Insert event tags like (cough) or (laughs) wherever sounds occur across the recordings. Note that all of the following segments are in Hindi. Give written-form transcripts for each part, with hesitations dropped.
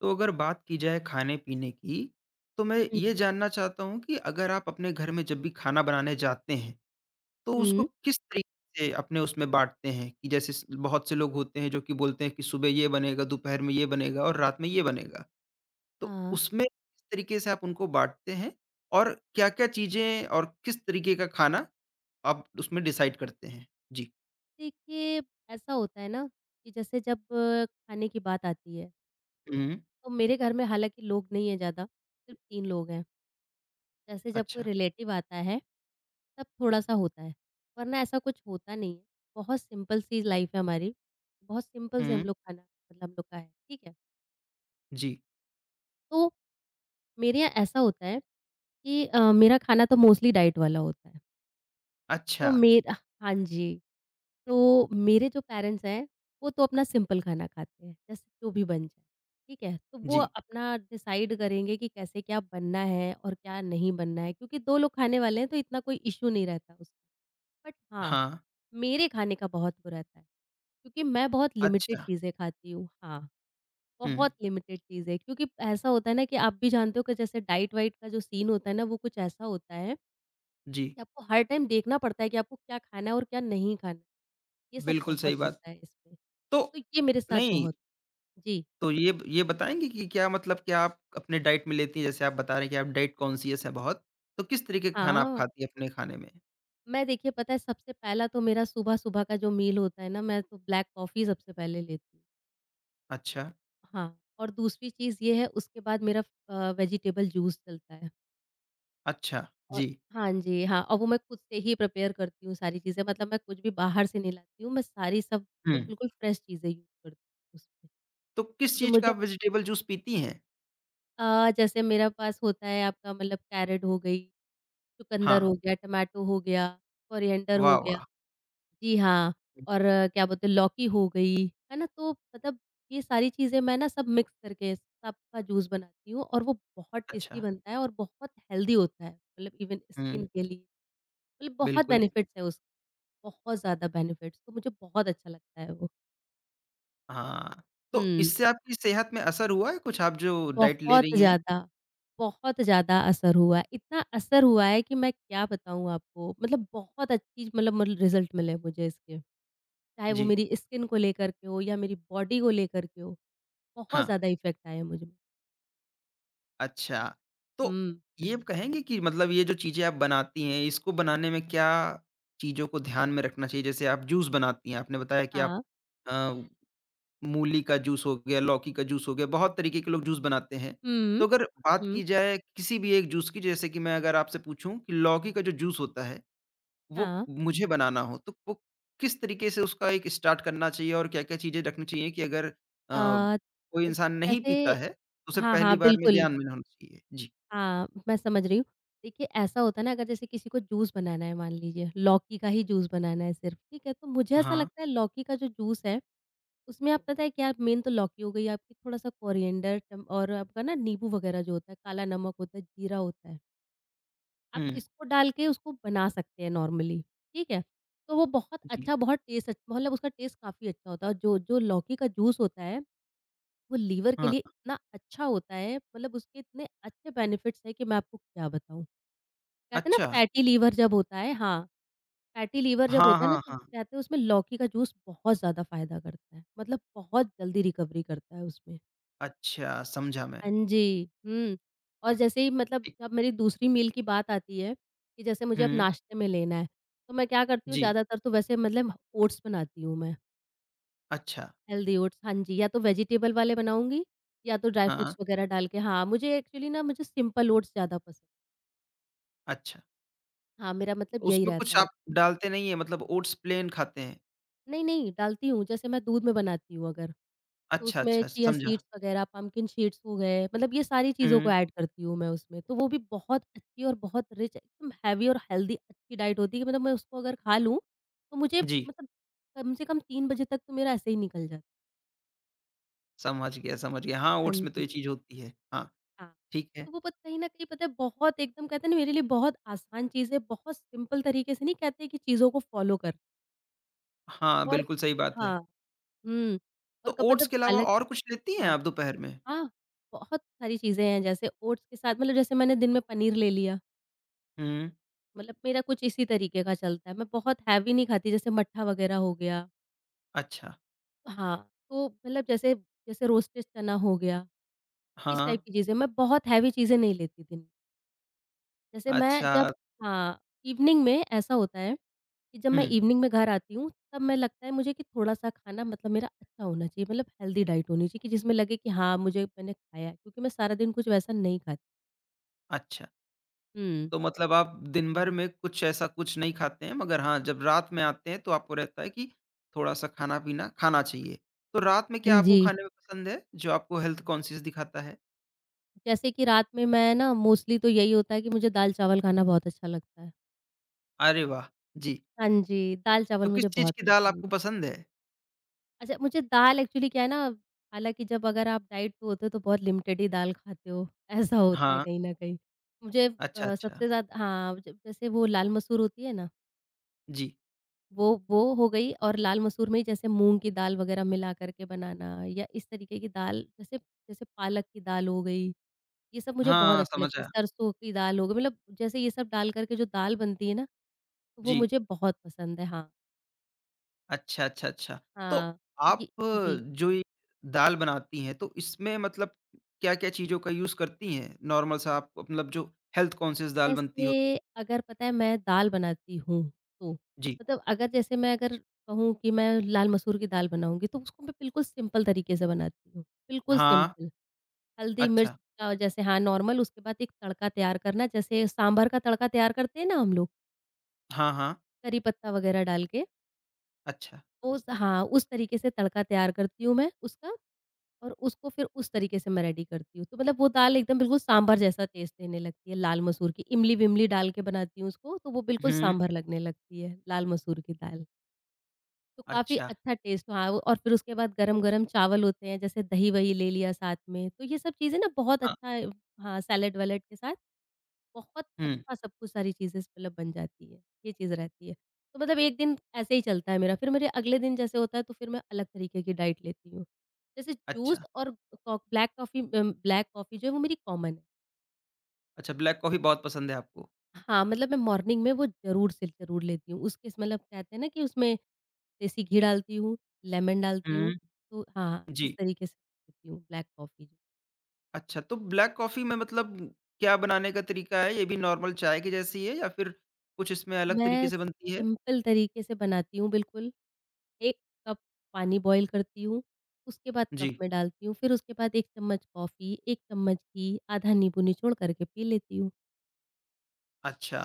तो अगर बात की जाए खाने-पीने की, तो मैं हुँ। ये जानना चाहता हूँ कि अगर आप अपने घर में जब भी खाना बनाने जाते हैं, तो उसको हुँ। किस तरीके से अपने उसमें बाँटते हैं? कि जैसे स बहुत से लोग होते हैं जो कि बोलते हैं कि सुबह ये बनेगा, दोपहर में ये बनेगा और रात में ये बनेगा। तो हाँ, उसमें किस तरीके से आप उनको बाँटते हैं? और क्या-क्या चीज़ें और किस तरीके का खाना आप उसमें डिसाइड करते हैं? जी। देखिए ऐसा होता है ना कि जैसे जब खाने की बात आती है हुँ, तो मेरे घर में हालाँकि लोग नहीं हैं ज़्यादा, सिर्फ 3 लोग हैं। जैसे जब कोई अच्छा। रिलेटिव आता है, तब थोड़ा-सा होता है, वरना ऐसा कुछ होता नहीं है। बहुत सिंपल सी लाइफ़ है हमारी, बहुत सिंपल से हुँ, हम लोग खाना मतलब हम लोग का है, ठीक है? जी। तो मेरे यहाँ ऐसा होता है कि मेरा खाना तो मोस्टली डाइट वाला होता है, अच्छा, तो मेरा हाँ जी। तो मेरे जो पेरेंट्स हैं, वो तो अपना सिंपल खाना खाते हैं, जैसे जो भी बन जाए, ठीक है? तो वो जी। अपना डिसाइड करेंगे कि कैसे क्या बनना है और क्या नहीं बनना है क्योंकि 2 लोग खाने वाले हैं तो इतना कोई इश्यू नहीं रहता उसका। बट हाँ, हाँ, मेरे खाने का बहुत वो रहता है क्योंकि मैं बहुत लिमिटेड अच्छा। चीज़ें खाती हूँ। हाँ, हुँ, बहुत लिमिटेड चीज़ें क्योंकि ऐसा होता है ना कि आप भी जानते हो कि जैसे डाइट-वाइट का जो सीन होता है ना, वो कुछ ऐसा होता है जी। कि आपको हर टाइम देखना पड़ता है कि आपको क्या खाना है और क्या नहीं खाना है। ये सब बिल्कुल सही बहुत बात। होता है इसमें। तो तो ये मेरे साथ नहीं, बहुत जी। तो ये ब ये बताएँगे कि क्या मतलब क्या आप अपने डाइट में लेती हैं? जैसे आप बता रहे हैं कि आप डाइट कॉन्शियस हैं बहुत, तो किस तरीके का खाना आप हाँ, खाती हैं अपने खाने में? मैं देखिए पता है सबसे पहला तो मेरा सुबह-सुबह का जो मील होता है ना, मैं तो ब्लैक कॉफ़ी सबसे पहले लेती हूँ। अच्छा, हाँ, और दूसरी चीज़ ये है उसके बाद मेरा वेजिटेबल जूस चलता है। अच्छा, और जी। हाँ जी, हाँ और वो मैं खुद से ही प्रिपेयर करती हूँ सारी चीज़ें मतलब मैं कुछ भी बाहर से नहीं लाती हूँ, मैं सारी सब मतलब हुँ, बिल्कुल फ्रेश चीज़ें यूज़ करती हूँ उसमें। तो किस क्योंकि चीज़ का मुझे आप वेजिटेबल जूस पीती हैं? जैसे मेरा पास होता है आपका मतलब कैरेट हो गई, चुकंदर हाँ, हो गया, टमाटो हो गया, कोरिएंडर वाह, हो गया। वाह! जी हाँ, और क्या बोलते हैं लौकी हो गई, है ना? तो मतलब ये सारी चीज़ें मैं ना सब मिक्स करके सबका जूस बनाती हूँ और वो बहुत टेस्टी अच्छा, बनता है और बहुत हेल्दी होता है, मतलब इवन स्किन हुँ, के लिए मतलब बहुत बिल्कुल, बेनिफिट्स हैं उस बहुत ज़्यादा बेनिफिट्स, तो मुझे बहुत अच्छा लगता है वो। हाँ। तो हुँ। इससे आपकी सेहत में असर हुआ है कुछ आप जो डाइट ले बहुत रही हैं? ज़्यादा, बहुत ज़्यादा असर हुआ है। इतना असर हुआ है कि मैं क्या बताऊँ आपको, मतलब बहुत अच्छी मतलब रिज़ल्ट मिले मुझे इसके। चाहे वो जी, मेरी स्किन को लेकर के हो या मेरी बॉडी को लेकर के हो, बहुत हाँ। ज़्यादा इफ़ेक्ट आया मुझ में। अच्छा, तो हुँ, ये आप कहेंगे कि मतलब ये जो चीज़ें आप बनाती हैं, इसको बनाने में क्या चीज़ों को ध्यान में रखना चाहिए? जैसे आप जूस बनाती हैं, आपने बताया कि आप हाँ। अ, मूली का जूस हो गया, लौकी का जूस हो गया, बहुत तरीके के लोग जूस बनाते हैं। हुँ, तो अगर बात हुँ, की जाए किसी भी एक जूस की, जैसे कि मैं अगर आपसे पूछूँ कि लौकी का जो जूस होता है, वो हाँ। मुझे बनाना हो, तो वो किस तरीके से उसका एक स्टार्ट करना चाहिए और क्या-क्या चीज़ें रखनी चाहिए कि अगर अ, कोई अ, इंसान नहीं पीता जैसे है, तो उसे हाँ, पहली हाँ, बार में बिल्कुल। ध्यान में होना चाहिए? जी। हाँ, मैं समझ रही हूँ। देखिए, ऐसा होता है ना अगर जैसे किसी को जूस बनाना है मान लीजिए, लौकी का ही जूस बनाना है सिर्फ़, ठीक है? तो मुझे ऐसा हाँ। लगता है लौकी का जो जूस है उसमें आप पता है क्या मेन तो लौकी हो गई आपकी, थोड़ा-सा कोरिएंडर टम और आपका ना नींबू वगैरह जो होता है, काला नमक होता है, जीरा होता है। आप हुँ। इसको डाल के उसको बना सकते हैं नॉर्मली, ठीक है? तो वो बहुत जी। अच्छा, बहुत टेस्ट अच्छा मतलब उसका टेस्ट काफ़ी अच्छा होता है और जो जो लौकी का जूस होता है, वो लीवर के हाँ, लिए इतना अच्छा होता है, मतलब उसके इतने अच्छे बेनिफिट्स हैं कि मैं आपको क्या बताऊँ। कहते हैं ना अच्छा। फैटी लीवर जब होता है हाँ। फैटी लीवर जब हाँ, होता है ना हाँ, तो हाँ। कहते हैं उसमें लौकी का जूस बहुत ज़्यादा फ़ायदा करता है, मतलब बहुत जल्दी रिकवरी करता है उसमें। अच्छा, समझा मैं। हाँ जी, हुँ। और जैसे ही मतलब जी। जब मेरी दूसरी मील की बात आती है कि जैसे मुझे अब हुँ, नाश्ते में लेना है, तो मैं क्या करती हूँ जी। ज़्यादातर तो वैसे मतलब ओट्स बनाती हूँ मैं, अच्छा, हेल्दी ओट्स हाँ जी, या तो वेजिटेबल वाले बनाऊँगी या तो ड्राई हाँ, फ्रूट्स वगैरह डाल के हाँ, मुझे एक्चुअली ना मुझे सिंपल ओट्स ज़्यादा पसंद। अच्छा। हाँ, मेरा मतलब यही उसमें रहता कुछ है। आप डालते नहीं हैं मतलब ओट्स प्लेन खाते हैं? नहीं, नहीं डालती हूँ, जैसे मैं दूध में बनाती हूँ अगर तो अच्छा, उसमें अच्छा, चिया समझा। सीड्स वगैरह, पम्पकिन सीड्स हो गए, मतलब ये सारी चीज़ों को हुँ, ऐड करती हूँ मैं उसमें। तो वो भी बहुत अच्छी और बहुत रिच एकदम हेवी और हेल्दी अच्छी डाइट होती है कि मतलब मैं उसको अगर खा लूँ, तो मुझे जी। मतलब कम से कम 3 बजे तक तो मेरा ऐसे ही निकल जाता है। समझ गया, समझ गया। हाँ, हाँ ओट्स में तो ये जी, चीज़ होती है। हाँ, हाँ। ठीक है। तो वो पत कहीं न कहीं पता है बहुत एकदम कहते हैं ना मेरे लिए बहुत आसान चीज़ है, बहुत सिंपल तरीके से नहीं कहते कि चीज़ों को फ़ॉलो कर हाँ, और बिल्कुल सही बात है। हाँ, हुँ। तो और कब ओट्स मतलब के अलावा हालाँकि और कुछ लेती हैं हाँ। आप दोपहर में? हाँ, बहुत सारी चीज़ें हैं जैसे ओट्स के साथ मतलब जैसे मैंने दिन में पनीर ले लिया, हुँ, मतलब मेरा कुछ इसी तरीके का चलता है, मैं बहुत हैवी नहीं खाती जैसे मट्ठा वग़ैरह हो गया अच्छा। हाँ, तो मतलब जैसे जैसे रोस्टेड चना हो गया, इस हाँ, टाइप की चीज़ें, मैं बहुत हैवी चीज़ें नहीं लेती दिन में। जैसे मैं अच्छा। जब हाँ, इवनिंग में ऐसा होता है कि जब मैं हुँ, इवनिंग में घर आती हूँ, तब मैं लगता है मुझे कि थोड़ा-सा खाना मतलब मेरा अच्छा होना चाहिए, मतलब हेल्दी डाइट होनी चाहिए कि जिसमें लगे कि हाँ, मुझे मैंने खाया है, क्योंकि मैं सारा दिन कुछ वैसा नहीं खाती। अच्छा। हुँ। तो मतलब आप दिन भर में कुछ ऐसा कुछ नहीं खाते हैं, मगर हाँ, जब रात में आते हैं तो आपको रहता है कि थोड़ा-सा खाना-पीना खाना पीना खाना चाहिए। तो रात में क्या हाँ आपको जी। खाने में पसंद है, जो आपको हेल्थ कॉन्शियस दिखाता है? जैसे कि रात में मैं ना मोस्टली तो यही होता है कि मुझे दाल-चावल खाना बहुत अच्छा लगता है। अरे वाह! जी, हाँ जी, तो दाल-चावल किस मुझे चीज़ बहुत की दाल पसंद आपको है। पसंद है? अच्छा मुझे दाल एक्चुअली क्या है ना, हालाँकि जब अगर आप डाइट पे होते हो तो बहुत लिमिटेड ही दाल खाते हो, (laughs) ऐसा होता है हाँ, कहीं न कहीं। मुझे अच्छा, अच्छा। सबसे ज़्यादा हाँ, ज जैसे वो लाल मसूर होती है ना जी, वो हो गई और लाल मसूर में ही जैसे मूँग की दाल वग़ैरह मिला करके बनाना या इस तरीके की दाल जैसे जैसे पालक की दाल हो गई, ये सब मुझे बहुत हाँ, अच्छी समझ लगती है। आया। सरसों की दाल हो गई मतलब जैसे ये सब डाल करके जो दाल बनती है ना, तो वो जी, मुझे बहुत पसंद है। हाँ, अच्छा, अच्छा, अच्छा। तो हाँ, तो आप ये जी, जो ये दाल बनाती हैं, तो इसमें मतलब क्या-क्या चीज़ों का यूज़ करती हैं? नॉर्मल सा आप मतलब जो हेल्थ कॉन्शियस दाल बनती हो? जैसे अगर पता है मैं दाल बनाती हूँ तो, जी, मतलब अगर जैसे मैं अगर कहूँ कि मैं लाल मसूर की दाल बनाऊँगी तो उसको मैं बिल्कुल सिंपल तरीके से बनाती हूँ, बिल्कुल हाँ। सिंपल। हल्दी मिर्च अच्छा। का जैसे हाँ, नॉर्मल उसके बाद एक तड़का तैयार करना जैसे सांभर का तड़का तैयार करते हैं ना हम लोग, हाँ, हाँ। करी पत्ता वग़ैरह डाल के, अच्छा। वो स हाँ, उस तरीके से तड़का तैयार करती हूँ मैं उसका और उसको फिर उस तरीके से मैं रेडी करती हूँ। तो मतलब वो दाल एकदम बिल्कुल सांभर जैसा टेस्ट देने लगती है लाल मसूर की, इमली-विमली डाल के बनाती हूँ उसको, तो वो बिल्कुल हुँ। सांभर लगने लगती है, लाल मसूर की दाल। तो काफ़ी अच्छा, अच्छा टेस्ट हाँ, वो- और फिर उसके बाद गरम-गरम चावल होते हैं, जैसे दही-वही ले लिया साथ में, तो ये सब चीज़ें ना बहुत हाँ। अच्छा हाँ, सैलेड-वैलेड के साथ बहुत हुँ। अच्छा सब कुछ सारी चीज़ें मतलब बन जाती है, ये चीज़ रहती है। तो मतलब 1 दिन ऐसे ही चलता है मेरा, फिर मेरे अगले दिन जैसे होता है तो फिर मैं अलग तरीके की डाइट लेती हूँ। जैसे जूस अच्छा, और कॉ ब्लैक कॉफ़ी ब्लैक कॉफ़ी जो है वो मेरी कॉमन है। अच्छा ब्लैक कॉफ़ी बहुत पसंद है आपको। हाँ, मतलब मैं मॉर्निंग में वो ज़रूर से ज़रूर लेती हूँ। उसके स मतलब कहते हैं ना कि उसमें देसी घी डालती हूँ, लेमन डालती हूँ, हुँ। तो हाँ, इस जी। तरीके से पीती हूँ ब्लैक कॉफ़ी। अच्छा तो ब्लैक कॉफ़ी में मतलब क्या बनाने का तरीका है? ये भी नॉर्मल चाय की जैसी है या फिर कुछ इसमें अलग तरीके मैं से बनती है? सिंपल तरीके से बनाती हूँ बिल्कुल। 1 कप पानी बॉयल करती हूँ, उसके बाद जी। कप में डालती हूँ, फिर उसके बाद 1 चम्मच कॉफ़ी, 1 चम्मच घी, आधा नींबू निचोड़ करके पी लेती हूँ। अच्छा,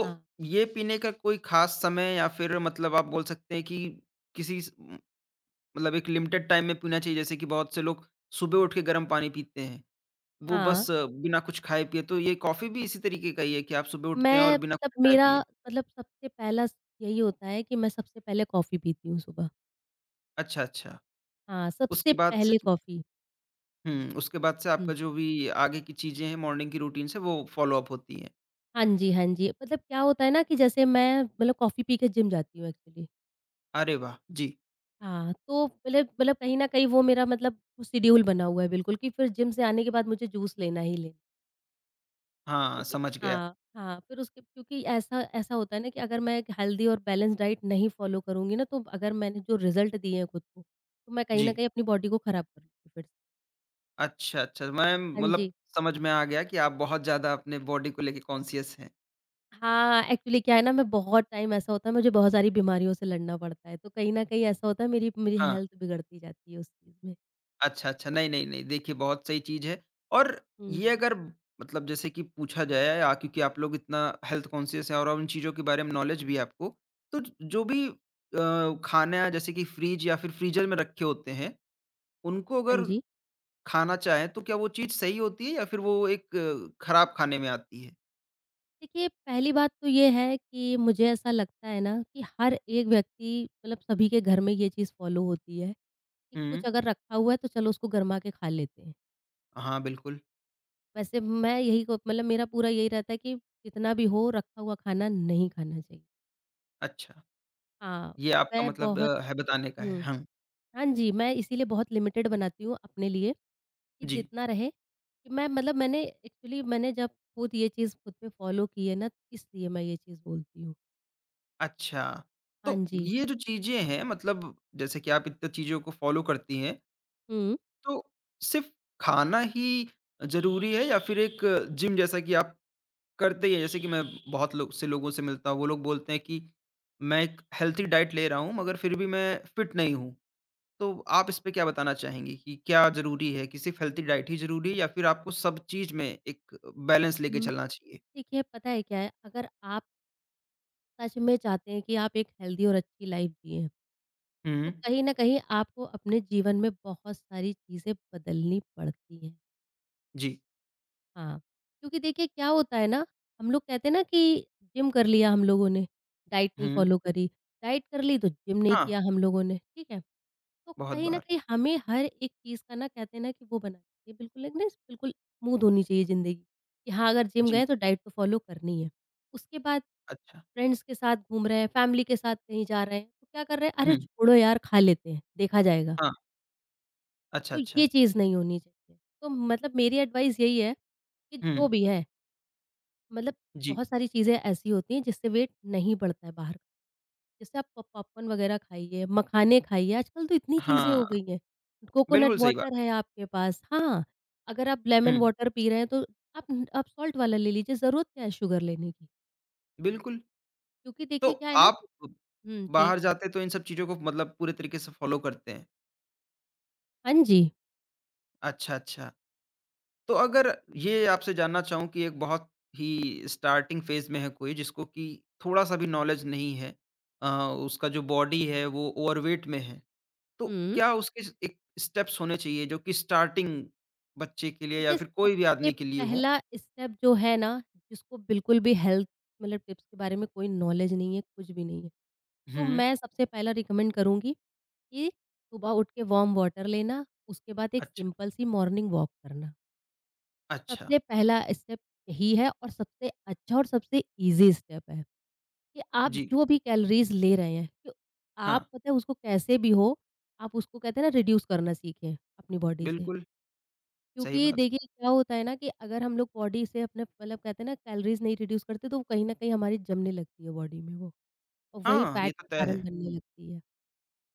हाँ, ये पीने का कोई ख़ास समय या फिर मतलब आप बोल सकते हैं कि किसी मतलब एक लिमिटेड टाइम में पीना चाहिए जैसे कि बहुत से लोग सुबह उठ के गर्म पानी पीते हैं। वो हाँ, बस बिना कुछ खाए-पिए तो ये कॉफ़ी भी इसी तरीके का ही है कि आप सुबह उठते हैं मैं और बिना मतलब कुछ मेरा खाए-पिए? मतलब सबसे पहला स यही होता है कि मैं सबसे पहले कॉफ़ी पीती हूँ सुबह। अच्छा, अच्छा। हाँ, सबसे उसके बाद से पहले तो कॉफ़ी। हुँ, उसके बाद से आपका हुँ। जो भी आगे की चीज़ें हैं मॉर्निंग की रूटीन से वो फ़ॉलो-अप होती हैं। हाँ जी, मतलब क्या होता है ना कि जैसे मैं मतलब कॉफ़ी पी के जिम जाती हूँ एक्चुअली। अरे वाह! जी। हाँ, तो मतलब कहीं न कहीं वो मेरा मतलब शेड्यूल बना हुआ है बिल्कुल कि फिर जिम से आने के बाद मुझे जूस लेना ही लेना। हाँ, क्योंकि समझ गया। हाँ, फिर उसके क्योंकि ऐसा ऐसा होता है ना कि अगर मैं एक हेल्दी और बैलेंस डाइट नहीं फॉलो करूँगी ना, तो अगर मैंने जो रिज़ल्ट दिए हैं खुद को, तो मैं कहीं न जी। कहीं अपनी बॉडी को खराब कर लूँगी फिर से। अच्छा, अच्छा। मैं हाँ मतलब जी। समझ में आ गया कि आप बहुत ज़्यादा अपने बॉडी को लेके कॉन्शियस हैं। हाँ, एक्चुअली क्या है ना मैं बहुत टाइम ऐसा होता है मुझे बहुत सारी बीमारियों से लड़ना पड़ता है, तो कहीं न कहीं ऐसा होता है मेरी मेरी हाँ। हेल्थ बिगड़ती जाती है उस चीज़ में। अच्छा, अच्छा। नहीं, नहीं, नहीं। देखिए बहुत सही चीज़ है और हुँ। ये अगर मतलब जैसे कि पूछा जाए आ क्योंकि आप लोग इतना हेल्थ कॉन्शियस हैं और उन चीज़ों के बारे में नॉलेज भी है आपको। तो ज जो भी खाना जैसे कि फ्रिज या फिर फ्रीज़र में रखे होते हैं, उनको हाँ अगर जी। खाना चाहें तो क्या वो चीज़ सही होती है या फिर वो एक खराब खाने में आती है? देखिए, पहली बात तो ये है कि मुझे ऐसा लगता है ना कि हर एक व्यक्ति मतलब सभी के घर में ये चीज़ फ़ॉलो होती है कि कुछ हुँ। अगर रखा हुआ है तो चलो उसको गरमा के खा लेते हैं। हाँ, बिल्कुल। वैसे मैं यही को मतलब मेरा पूरा यही रहता है कि जितना भी हो रखा हुआ खाना नहीं खाना चाहिए। अच्छा, हाँ, ये आपका मैं मतलब बहुत है बताने का है। हुँ। हाँ। हाँ जी, मैं इसीलिए बहुत लिमिटेड बनाती हूँ अपने लिए कि जी। जितना रहे कि मैं मतलब मैंने एक्चुअली मैंने जब खुद ये चीज़ खुद पे फ़ॉलो की है ना इसलिए मैं ये चीज़ बोलती हूँ। अच्छा, हाँ तो जी। ये जो चीज़ें हैं मतलब जैसे कि आप इतनी चीज़ों को फ़ॉलो करती हैं, हुँ। तो सिर्फ़ खाना ही ज़रूरी है या फिर एक जिम जैसा कि आप करते ही हैं? जैसे कि मैं बहुत लोगों से मिलता हूँ, वो लोग बोलते हैं कि मैं एक हेल्थी डाइट ले रहा हूँ मगर फिर भी मैं फिट नहीं हूँ। तो आप इस पे क्या बताना चाहेंगी कि क्या ज़रूरी है कि सिर्फ़ हेल्थी डाइट ही ज़रूरी है या फिर आपको सब चीज़ में एक बैलेंस लेके हुँ, चलना चाहिए? देखिए पता है क्या है, अगर आप सच में चाहते हैं कि आप एक हेल्दी और अच्छी लाइफ़ जिएँ, तो हुँ, कहीं न कहीं आपको अपने जीवन में बहुत सारी चीज़ें बदलनी पड़ती हैं। जी। हाँ, क्योंकि देखिए क्या होता है ना, हम लोग कहते हैं ना कि जिम कर लिया हम लोगों ने, डाइट नहीं हुँ, फ़ॉलो करी, डाइट कर ली तो जिम नहीं हाँ, किया हम लोगों ने, ठीक है? तो बहुत कहीं न बार। कहीं हमें हर एक चीज़ का ना कहते हैं ना कि वो बना ये बिल्कुल एक ना बिल्कुल स्मूद होनी चाहिए ज़िंदगी, कि हाँ, अगर जिम जी, गए तो डाइट तो फ़ॉलो करनी है। उसके बाद अच्छा। फ्रेंड्स के साथ घूम रहे हैं, फैमिली के साथ कहीं जा रहे हैं, तो क्या कर रहे हैं, "अरे हुँ, छोड़ो यार, खा लेते हैं, देखा जाएगा।" हाँ। अच्छा, तो अच्छा। ये चीज़ नहीं होनी चाहिए। तो मतलब मेरी एडवाइस यही है कि हुँ। जो भी है, मतलब जी। बहुत सारी चीज़ें ऐसी होती हैं जिससे वेट नहीं बढ़ता है बाहर। जैसे आप पॉपकॉर्न वगैरह खाइए, मखाने खाइए, आजकल तो इतनी चीज़ें हाँ, हो गई हैं। कोकोनट बिल्कुल सही बात। वाटर है आपके पास। हाँ, अगर आप लेमन हुँ, वाटर पी रहे हैं तो आप आप सॉल्ट वाला ले लीजिए, ज़रूरत क्या है शुगर लेने की? बिल्कुल। क्योंकि तो देखिए क्या है ना आप कि हुँ, जी। बाहर जाते तो इन सब चीज़ों को मतलब पूरे तरीके से फ़ॉलो करते हैं। हाँ जी। अच्छा, अच्छा। तो अगर ये आपसे जानना चाहूँ कि एक बहुत ही स्टार्टिंग फ़ेज़ में है कोई जिसको कि थोड़ा-सा भी नॉलेज नहीं है अ, उसका जो बॉडी है वो ओवरवेट में है, तो हुँ। क्या उसके एक स्टेप्स होने चाहिए जो कि स्टार्टिंग बच्चे के लिए या देखिए, फिर कोई भी सबसे आदमी के लिए हो? पहला स्टेप जो है ना, जिसको बिल्कुल भी हेल्थ मतलब टिप्स के बारे में कोई नॉलेज नहीं है, कुछ भी नहीं है। तो हुँ। मैं सबसे पहला रिकमेंड करूँगी कि सुबह उठ के वार्म वाटर लेना, उसके बाद एक अच्छा, सिंपल सी मॉर्निंग वॉक करना। अच्छा। सबसे पहला स्टेप यही है और सबसे अच्छा और सबसे ईज़ी स्टेप है कि आप जी। जो भी कैलोरीज़ ले रहे हैं, तो आप हाँ, पता है उसको कैसे भी हो, आप उसको कहते हैं ना रिड्यूस करना सीखें अपनी बॉडी से। बिल्कुल। सही क्योंकि बात। देखिए क्या होता है ना कि अगर हम लोग बॉडी से अपने मतलब कहते हैं ना कैलोरीज नहीं रिड्यूस करते तो कहीं न कहीं हमारी जमने लगती है बॉडी में वो और वही हाँ, ये फैट तो का तय कारण है। बनने लगती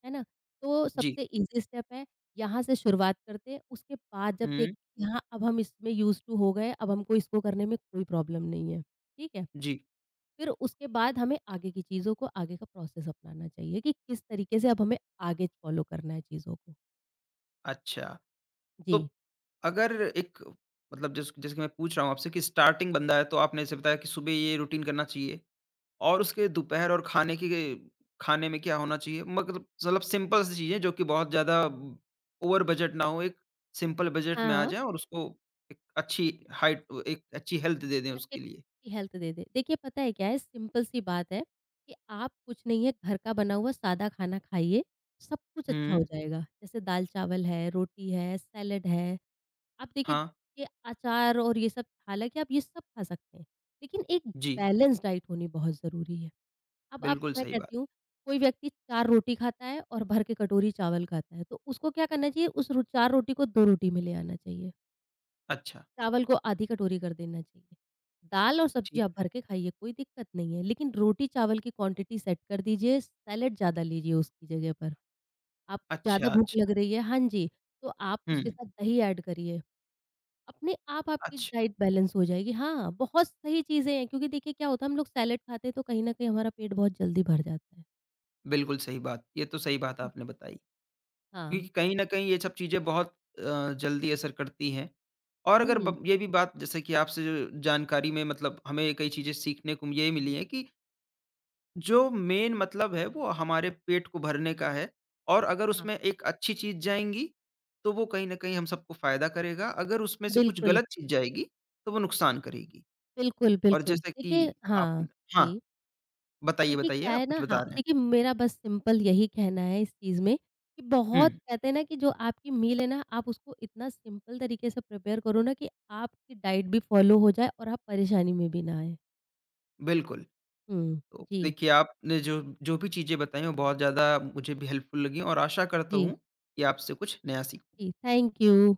है ना? तो जी। सबसे ईज़ी स्टेप है यहाँ से शुरुआत करते हैं, उसके बाद जब हुँ, देखते हैं कि हाँ, अब हम इसमें यूज़्ड टू हो गए, अब हमको इसको करने में कोई प्रॉब्लम नहीं है, ठीक है? जी। फिर उसके बाद हमें आगे की चीज़ों को आगे का प्रोसेस अपनाना चाहिए कि किस तरीके से अब हमें आगे फॉलो करना है चीज़ों को। अच्छा, तो जी। अगर एक मतलब जैसे कि मैं पूछ रहा हूँ आपसे कि स्टार्टिंग बंदा है तो आपने जैसे बताया कि सुबह ये रूटीन करना चाहिए और उसके दोपहर और खाने में क्या होना चाहिए? मतलब सिंपल सी चीज़ें जो कि बहुत ज़्यादा ओवर बजट ना हो, एक सिंपल बजट में आ हाँ। जाए और उसको एक अच्छी हाइट एक अच्छी हेल्थ दे दें उसके लिए। अच्छी हेल्थ दे दे। देखिए पता है क्या है सिंपल सी बात है कि आप कुछ नहीं है घर का बना हुआ सादा खाना खाइए, सब कुछ अच्छा हुँ, हो जाएगा। जैसे दाल-चावल है, रोटी है, सैलेड है। आप देखिए हाँ, ये अचार और ये सब हालाँकि आप ये सब खा सकते हैं, लेकिन एक जी, बैलेंस डाइट होनी बहुत ज़रूरी है। अब आप बिल्कुल मैं सही बात। कहती हूँ कोई व्यक्ति 4 रोटी खाता है और भर के कटोरी चावल खाता है, तो उसको क्या करना चाहिए उस रो 4 रोटी को 2 रोटी में ले आना चाहिए। अच्छा, चावल को आधी कटोरी कर देना चाहिए। दाल और सब्ज़ी ठीक आप है। भर के खाइए, कोई दिक्कत नहीं है, लेकिन रोटी-चावल की क्वांटिटी सेट कर दीजिए, सैलेड ज़्यादा लीजिए उसकी जगह पर। आप अच्छा, ज़्यादा भूख अच्छा। लग रही है हाँ जी, तो आप हुँ, उसके साथ दही ऐड करिए। अपने आप आपकी अच्छा। डाइट बैलेंस हो जाएगी। हाँ, बहुत सही चीज़ें हैं क्योंकि देखिए क्या होता है हम लोग सैलेड खाते हैं तो कहीं न कहीं हमारा पेट बहुत जल्दी भर जाता है। बिल्कुल सही बात। ये तो सही बात आपने बताई, हाँ, क्योंकि कहीं न कहीं ये सब चीज़ें बहुत जल्दी असर करती हैं। और अगर हुँ, ब ये भी बात जैसे कि आपसे जो जानकारी में मतलब हमें कई चीज़ें सीखने को ये मिली हैं कि जो मेन मतलब है वो हमारे पेट को भरने का है और अगर हाँ, उसमें एक अच्छी चीज़ जाएँगी, तो वो कहीं न कहीं हम सबको फ़ायदा करेगा, अगर उसमें से कुछ बिल्कुल, गलत चीज़ जाएगी, तो वो नुकसान करेगी। बिल्कुल, और बिल्कुल। जैसा देखिए कि आप हाँ, हाँ, जी। बताइए, देखिए, बताइए क्या आप है ना कुछ बता हाँ, रहे हैं। देखिए मेरा बस सिंपल यही कहना है इस चीज़ में कि हुँ, बहुत कहते हैं ना कि जो आपकी मील है ना, आप उसको इतना सिंपल तरीके से प्रिपेयर करो ना कि आपकी डाइट भी फ़ॉलो हो जाए और आप परेशानी में भी ना आएँ। बिल्कुल। हुँ, तो जी, देखिए, आपने जो जो भी चीज़ें बताई, वो बहुत ज़्यादा मुझे भी हेल्पफुल लगी और आशा करता जी, हूँ कि आपसे कुछ नया सीखूँ। जी। Thank you.